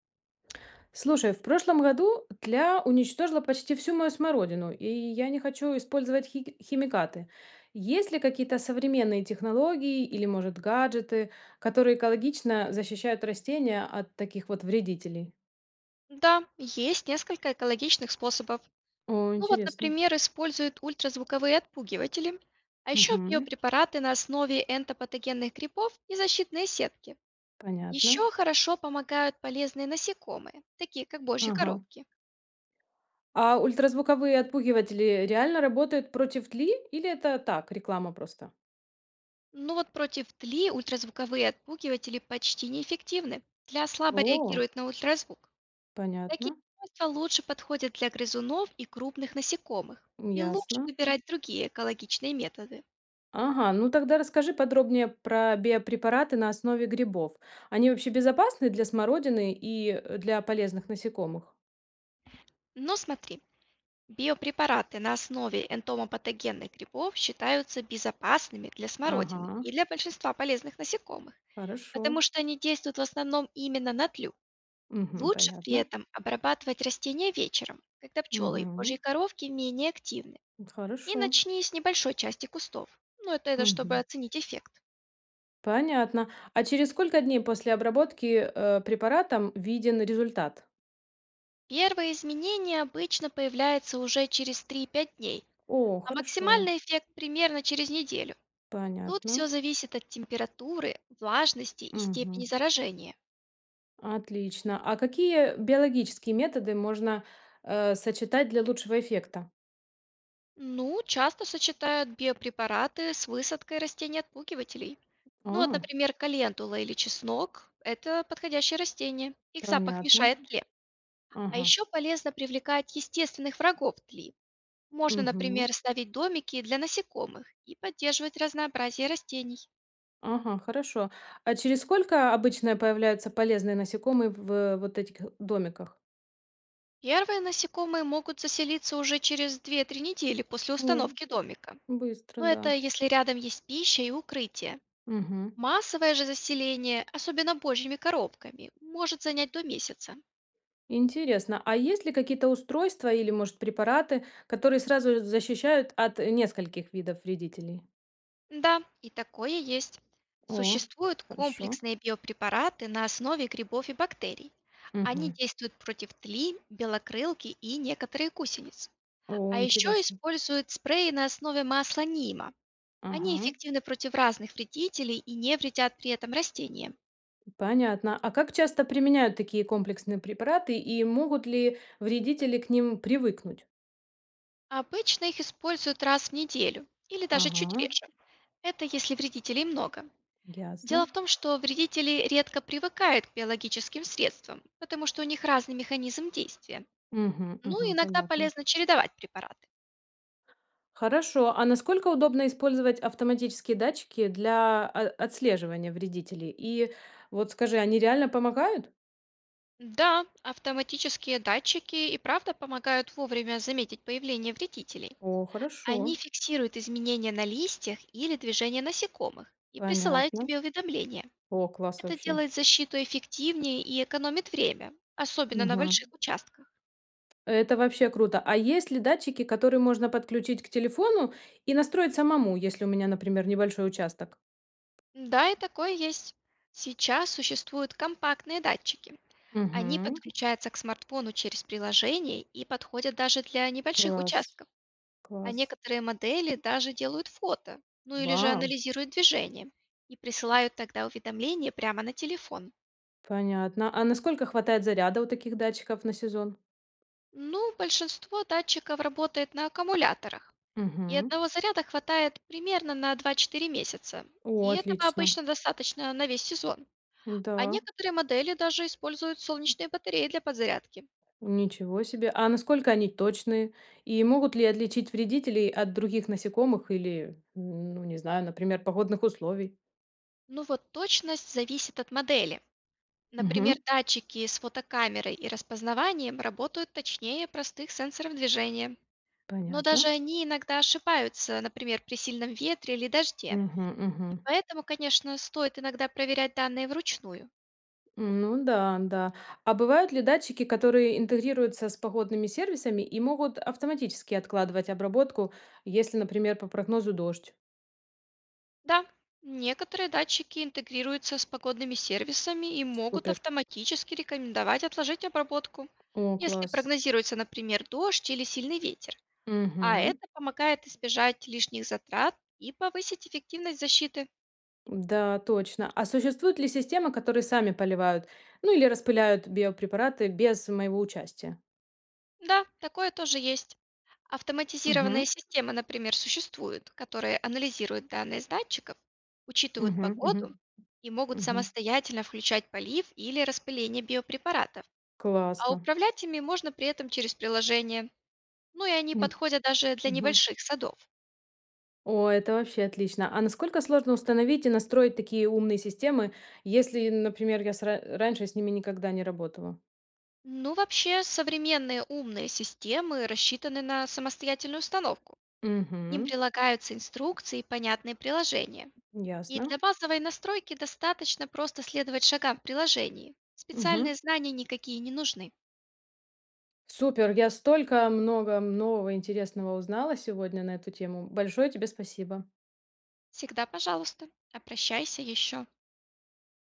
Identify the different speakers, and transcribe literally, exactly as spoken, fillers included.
Speaker 1: Слушай, в прошлом году тля уничтожила почти всю мою смородину, и я не хочу использовать хи- химикаты. Есть ли какие-то современные технологии или, может, гаджеты, которые экологично защищают растения от таких вот вредителей?
Speaker 2: Да, есть несколько экологичных способов.
Speaker 1: О,
Speaker 2: Ну вот,
Speaker 1: интересно.
Speaker 2: например, используют ультразвуковые отпугиватели, а еще
Speaker 1: Мгм.
Speaker 2: биопрепараты на основе энтопатогенных грибов и защитные сетки.
Speaker 1: Понятно.
Speaker 2: Еще хорошо помогают полезные насекомые, такие как божьи
Speaker 1: Ага.
Speaker 2: коробки.
Speaker 1: А ультразвуковые отпугиватели реально работают против тли или это так, реклама просто?
Speaker 2: Ну вот против тли ультразвуковые отпугиватели почти неэффективны. Тля слабо
Speaker 1: О,
Speaker 2: реагирует на ультразвук. Такие
Speaker 1: понятно,
Speaker 2: свойства лучше подходят для грызунов и крупных насекомых. И лучше
Speaker 1: ясно.
Speaker 2: выбирать другие экологичные методы.
Speaker 1: Ага, ну тогда расскажи подробнее про биопрепараты на основе грибов. Они вообще безопасны для смородины и э, для полезных насекомых?
Speaker 2: Но смотри, биопрепараты на основе энтомопатогенных грибов считаются безопасными для смородины
Speaker 1: Ага,
Speaker 2: и для большинства полезных насекомых,
Speaker 1: хорошо.
Speaker 2: потому что они действуют в основном именно на тлю.
Speaker 1: Мгм,
Speaker 2: Лучше при
Speaker 1: понятно.
Speaker 2: этом обрабатывать растения вечером, когда пчелы и
Speaker 1: Мгм,
Speaker 2: позже коровки менее активны. И
Speaker 1: хорошо.
Speaker 2: начни с небольшой части кустов. Ну, это, это чтобы
Speaker 1: Мгм.
Speaker 2: оценить эффект.
Speaker 1: Понятно. А через сколько дней после обработки э, препаратом виден результат?
Speaker 2: Первые изменения обычно появляются уже через три-пять дней,
Speaker 1: О,
Speaker 2: а
Speaker 1: хорошо.
Speaker 2: максимальный эффект примерно через неделю. Тут
Speaker 1: Понятно.
Speaker 2: все зависит от температуры, влажности и
Speaker 1: Мгм.
Speaker 2: степени заражения.
Speaker 1: Отлично. А какие биологические методы можно э, сочетать для лучшего эффекта?
Speaker 2: Ну, часто сочетают биопрепараты с высадкой растений отпугивателей. Ну вот,
Speaker 1: А.
Speaker 2: например, календула или чеснок– это подходящее растение. Их запах
Speaker 1: Понятно.
Speaker 2: мешает тле. А
Speaker 1: Ага.
Speaker 2: еще полезно привлекать естественных врагов тли. Можно,
Speaker 1: Мгм.
Speaker 2: например, ставить домики для насекомых и поддерживать разнообразие растений.
Speaker 1: Ага, хорошо. А через сколько обычно появляются полезные насекомые в э, вот этих домиках?
Speaker 2: Первые насекомые могут заселиться уже через две-три недели после
Speaker 1: О,
Speaker 2: установки домика.
Speaker 1: быстро,
Speaker 2: Но
Speaker 1: да.
Speaker 2: это если рядом есть пища и укрытие.
Speaker 1: Мгм.
Speaker 2: Массовое же заселение, особенно божьими коробками, может занять до месяца.
Speaker 1: Интересно. А есть ли какие-то устройства или, может, препараты, которые сразу защищают от нескольких видов вредителей?
Speaker 2: Да, и такое есть.
Speaker 1: О,
Speaker 2: Существуют
Speaker 1: хорошо.
Speaker 2: комплексные биопрепараты на основе грибов и бактерий. Они
Speaker 1: Мгм.
Speaker 2: действуют против тли, белокрылки и некоторые гусениц.
Speaker 1: О,
Speaker 2: А еще
Speaker 1: интересно.
Speaker 2: используют спреи на основе масла нима. Они
Speaker 1: Ага,
Speaker 2: эффективны против разных вредителей и не вредят при этом растениям.
Speaker 1: понятно. А как часто применяют такие комплексные препараты и могут ли вредители к ним привыкнуть?
Speaker 2: Обычно их используют раз в неделю или даже чуть
Speaker 1: Ага.
Speaker 2: реже. Это если вредителей много.
Speaker 1: Ясно.
Speaker 2: Дело в том, что вредители редко привыкают к биологическим средствам, потому что у них разный механизм действия.
Speaker 1: Мгм,
Speaker 2: Ну,
Speaker 1: мгм,
Speaker 2: иногда
Speaker 1: понятно.
Speaker 2: полезно чередовать препараты.
Speaker 1: Хорошо. А насколько удобно использовать автоматические датчики для о- отслеживания вредителей? И вот скажи, они реально помогают?
Speaker 2: Да, автоматические датчики и правда помогают вовремя заметить появление вредителей.
Speaker 1: О, хорошо.
Speaker 2: Они фиксируют изменения на листьях или движение насекомых и присылают
Speaker 1: Понятно.
Speaker 2: тебе уведомления.
Speaker 1: О, класс
Speaker 2: Это
Speaker 1: вообще.
Speaker 2: делает защиту эффективнее и экономит время, особенно на
Speaker 1: Мгм.
Speaker 2: больших участках.
Speaker 1: Это вообще круто. А есть ли датчики, которые можно подключить к телефону и настроить самому, если у меня, например, небольшой участок?
Speaker 2: Да, и такое есть. Сейчас существуют компактные датчики. Они
Speaker 1: Угу.
Speaker 2: подключаются к смартфону через приложение и подходят даже для небольших
Speaker 1: Класс.
Speaker 2: участков. А
Speaker 1: Класс.
Speaker 2: некоторые модели даже делают фото, ну или же
Speaker 1: Вау.
Speaker 2: анализируют движение и присылают тогда уведомления прямо на телефон.
Speaker 1: Понятно. А насколько хватает заряда у таких датчиков на сезон?
Speaker 2: Ну, большинство датчиков работает на аккумуляторах. И
Speaker 1: Угу.
Speaker 2: одного заряда хватает примерно на два-четыре месяца.
Speaker 1: О,
Speaker 2: И этого
Speaker 1: отлично.
Speaker 2: обычно достаточно на весь сезон. А
Speaker 1: Да,
Speaker 2: некоторые модели даже используют солнечные батареи для подзарядки.
Speaker 1: ничего себе. А насколько они точные? И могут ли отличить вредителей от других насекомых или, м, ну, не знаю, например, погодных условий?
Speaker 2: Ну вот точность зависит от модели.
Speaker 1: Мгм.
Speaker 2: Например, датчики с фотокамерой и распознаванием работают точнее простых сенсоров движения. Но даже
Speaker 1: Понятно.
Speaker 2: они иногда ошибаются, например, при сильном ветре или дожде.
Speaker 1: Мгм, мгм.
Speaker 2: И поэтому, конечно, стоит иногда проверять данные вручную.
Speaker 1: Ну да, да. А бывают ли датчики, которые интегрируются с погодными сервисами и могут автоматически откладывать обработку, если, например, по прогнозу дождь?
Speaker 2: Да, некоторые датчики интегрируются с погодными сервисами и могут
Speaker 1: Супер.
Speaker 2: автоматически рекомендовать отложить обработку,
Speaker 1: О,
Speaker 2: если
Speaker 1: класс.
Speaker 2: прогнозируется, например, дождь или сильный ветер. А
Speaker 1: Угу.
Speaker 2: это помогает избежать лишних затрат и повысить эффективность защиты.
Speaker 1: Да, точно. А существуют ли системы, которые сами поливают, ну или распыляют биопрепараты без моего участия?
Speaker 2: Да, такое тоже есть.
Speaker 1: Мгм.
Speaker 2: Автоматизированные системы, например, существуют, которые анализируют данные с датчиков, учитывают
Speaker 1: Мгм. Мгм.
Speaker 2: погоду и могут
Speaker 1: Мгм.
Speaker 2: самостоятельно включать полив или распыление биопрепаратов. А
Speaker 1: Классно.
Speaker 2: управлять ими можно при этом через приложение. Ну и они
Speaker 1: М.
Speaker 2: подходят даже для
Speaker 1: Мгм.
Speaker 2: небольших садов.
Speaker 1: О, это вообще отлично. А насколько сложно установить и настроить такие умные системы, если, например, я сра- раньше с ними никогда не работала?
Speaker 2: Ну вообще, современные умные системы рассчитаны на самостоятельную установку. К ним
Speaker 1: Угу,
Speaker 2: прилагаются инструкции и понятные приложения. И
Speaker 1: ясно.
Speaker 2: для базовой настройки достаточно просто следовать шагам в приложении. Специальные
Speaker 1: Мгм.
Speaker 2: знания никакие не нужны.
Speaker 1: Супер, я столько много нового интересного узнала сегодня на эту тему. Большое тебе спасибо.
Speaker 2: Всегда, пожалуйста, обращайся еще.